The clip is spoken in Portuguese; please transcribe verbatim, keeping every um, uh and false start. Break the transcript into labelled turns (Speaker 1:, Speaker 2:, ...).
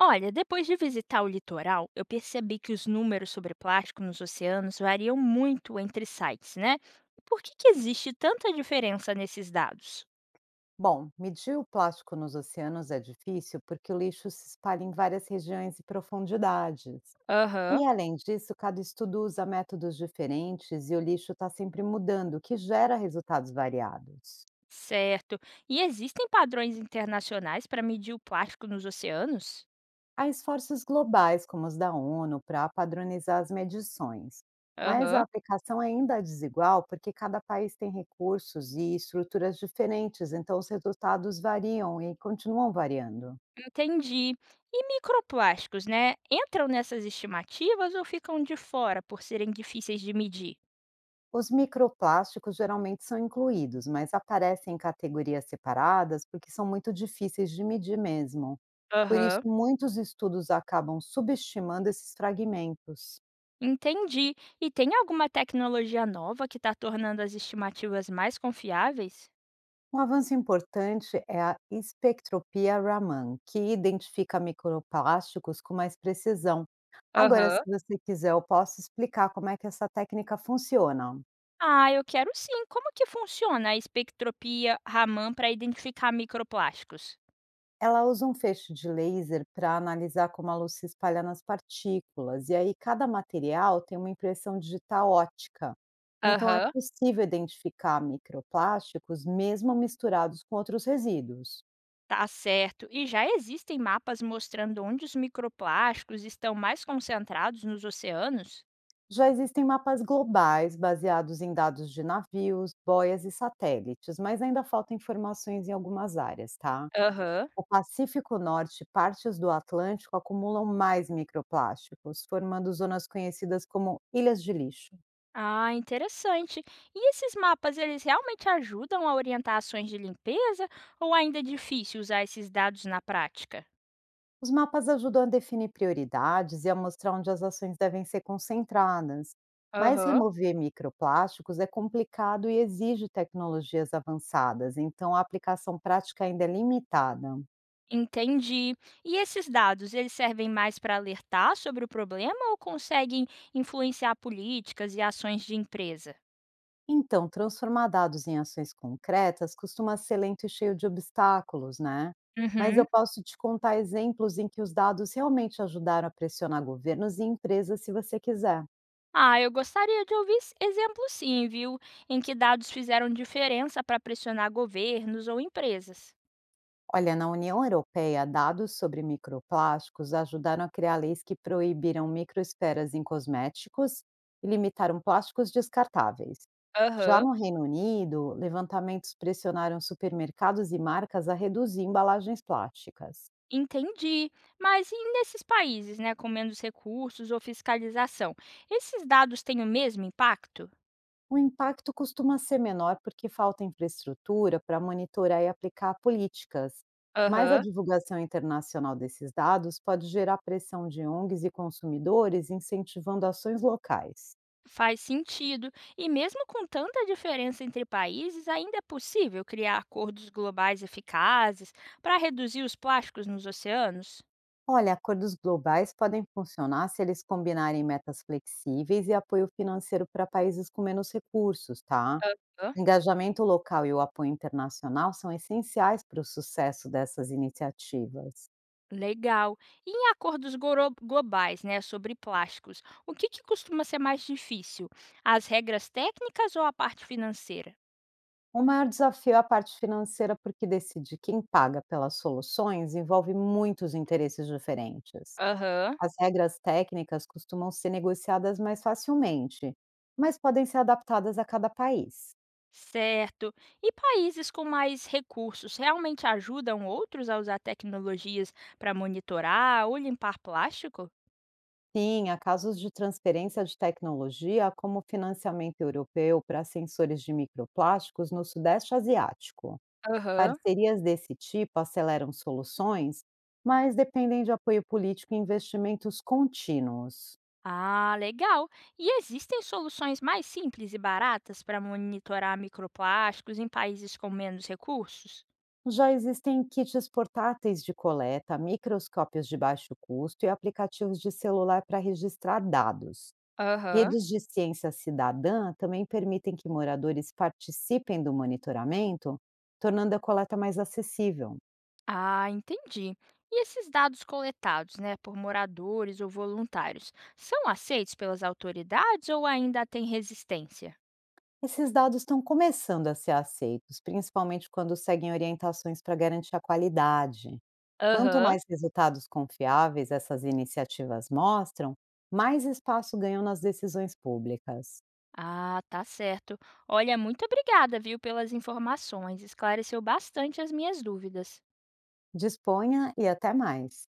Speaker 1: Olha, depois de visitar o litoral, eu percebi que os números sobre plástico nos oceanos variam muito entre sites, né? Por que, que existe tanta diferença nesses dados?
Speaker 2: Bom, medir o plástico nos oceanos é difícil porque o lixo se espalha em várias regiões e profundidades.
Speaker 1: Aham,
Speaker 2: E além disso, cada estudo usa métodos diferentes e o lixo está sempre mudando, o que gera resultados variados.
Speaker 1: certo. E existem padrões internacionais para medir o plástico nos oceanos?
Speaker 2: Há esforços globais, como os da ONU, para padronizar as medições, mas a
Speaker 1: Aham,
Speaker 2: aplicação ainda é desigual porque cada país tem recursos e estruturas diferentes, então os resultados variam e continuam variando.
Speaker 1: entendi. E microplásticos, né? Entram nessas estimativas ou ficam de fora por serem difíceis de medir?
Speaker 2: Os microplásticos geralmente são incluídos, mas aparecem em categorias separadas porque são muito difíceis de medir mesmo. Por isso,
Speaker 1: Aham.
Speaker 2: muitos estudos acabam subestimando esses fragmentos.
Speaker 1: Entendi. E tem alguma tecnologia nova que está tornando as estimativas mais confiáveis?
Speaker 2: Um avanço importante é a espectropia Raman, que identifica microplásticos com mais precisão. Agora, se
Speaker 1: Aham.
Speaker 2: você quiser, eu posso explicar como é que essa técnica funciona.
Speaker 1: Ah, eu quero sim. Como que funciona a espectropia Raman para identificar microplásticos?
Speaker 2: Ela usa um feixe de laser para analisar como a luz se espalha nas partículas, e aí cada material tem uma impressão digital ótica. Então é
Speaker 1: Aham.
Speaker 2: possível identificar microplásticos mesmo misturados com outros resíduos.
Speaker 1: Tá certo. E já existem mapas mostrando onde os microplásticos estão mais concentrados nos oceanos?
Speaker 2: Já existem mapas globais baseados em dados de navios, boias e satélites, mas ainda faltam informações em algumas áreas, tá?
Speaker 1: Aham.
Speaker 2: O Pacífico Norte e partes do Atlântico acumulam mais microplásticos, formando zonas conhecidas como ilhas de lixo.
Speaker 1: Ah, interessante. E esses mapas, eles realmente ajudam a orientar ações de limpeza ou ainda é difícil usar esses dados na prática?
Speaker 2: Os mapas ajudam a definir prioridades e a mostrar onde as ações devem ser concentradas. Mas
Speaker 1: Aham.
Speaker 2: remover microplásticos é complicado e exige tecnologias avançadas, então a aplicação prática ainda é limitada.
Speaker 1: Entendi. E esses dados, eles servem mais para alertar sobre o problema ou conseguem influenciar políticas e ações de empresa?
Speaker 2: Então, transformar dados em ações concretas costuma ser lento e cheio de obstáculos, né? Mas
Speaker 1: Uhum.
Speaker 2: eu posso te contar exemplos em que os dados realmente ajudaram a pressionar governos e empresas se você quiser.
Speaker 1: Ah, eu gostaria de ouvir s- exemplos sim, viu? Em que dados fizeram diferença para pressionar governos ou empresas.
Speaker 2: Olha, na União Europeia, dados sobre microplásticos ajudaram a criar leis que proibiram microesferas em cosméticos e limitaram plásticos descartáveis. Já
Speaker 1: Aham.
Speaker 2: no Reino Unido, levantamentos pressionaram supermercados e marcas a reduzir embalagens plásticas.
Speaker 1: Entendi. Mas e nesses países, né, com menos recursos ou fiscalização? Esses dados têm o mesmo impacto?
Speaker 2: O impacto costuma ser menor porque falta infraestrutura para monitorar e aplicar políticas, mas a
Speaker 1: Aham.
Speaker 2: divulgação internacional desses dados pode gerar pressão de O N Gs e consumidores, incentivando ações locais.
Speaker 1: Faz sentido. E mesmo com tanta diferença entre países, ainda é possível criar acordos globais eficazes para reduzir os plásticos nos oceanos?
Speaker 2: Olha, acordos globais podem funcionar se eles combinarem metas flexíveis e apoio financeiro para países com menos recursos, tá?
Speaker 1: Aham.
Speaker 2: Engajamento local e o apoio internacional são essenciais para o sucesso dessas iniciativas.
Speaker 1: Legal. E em acordos goro- globais, né, sobre plásticos, o que, que costuma ser mais difícil? As regras técnicas ou a parte financeira?
Speaker 2: O maior desafio é a parte financeira, porque decidir quem paga pelas soluções envolve muitos interesses diferentes.
Speaker 1: Aham.
Speaker 2: As regras técnicas costumam ser negociadas mais facilmente, mas podem ser adaptadas a cada país.
Speaker 1: Certo. E países com mais recursos realmente ajudam outros a usar tecnologias para monitorar ou limpar plástico?
Speaker 2: Sim, há casos de transferência de tecnologia, como o financiamento europeu para sensores de microplásticos no Sudeste Asiático.
Speaker 1: Aham.
Speaker 2: Parcerias desse tipo aceleram soluções, mas dependem de apoio político e investimentos contínuos.
Speaker 1: Ah, legal! E existem soluções mais simples e baratas para monitorar microplásticos em países com menos recursos?
Speaker 2: Já existem kits portáteis de coleta, microscópios de baixo custo e aplicativos de celular para registrar dados.
Speaker 1: Aham.
Speaker 2: Redes de ciência cidadã também permitem que moradores participem do monitoramento, tornando a coleta mais acessível.
Speaker 1: Ah, entendi. E esses dados coletados, né, por moradores ou voluntários, são aceitos pelas autoridades ou ainda tem resistência?
Speaker 2: Esses dados estão começando a ser aceitos, principalmente quando seguem orientações para garantir a qualidade. Quanto
Speaker 1: Aham.
Speaker 2: mais resultados confiáveis essas iniciativas mostram, mais espaço ganham nas decisões públicas.
Speaker 1: Ah, tá certo. Olha, muito obrigada, viu, pelas informações. Esclareceu bastante as minhas dúvidas.
Speaker 2: Disponha e até mais.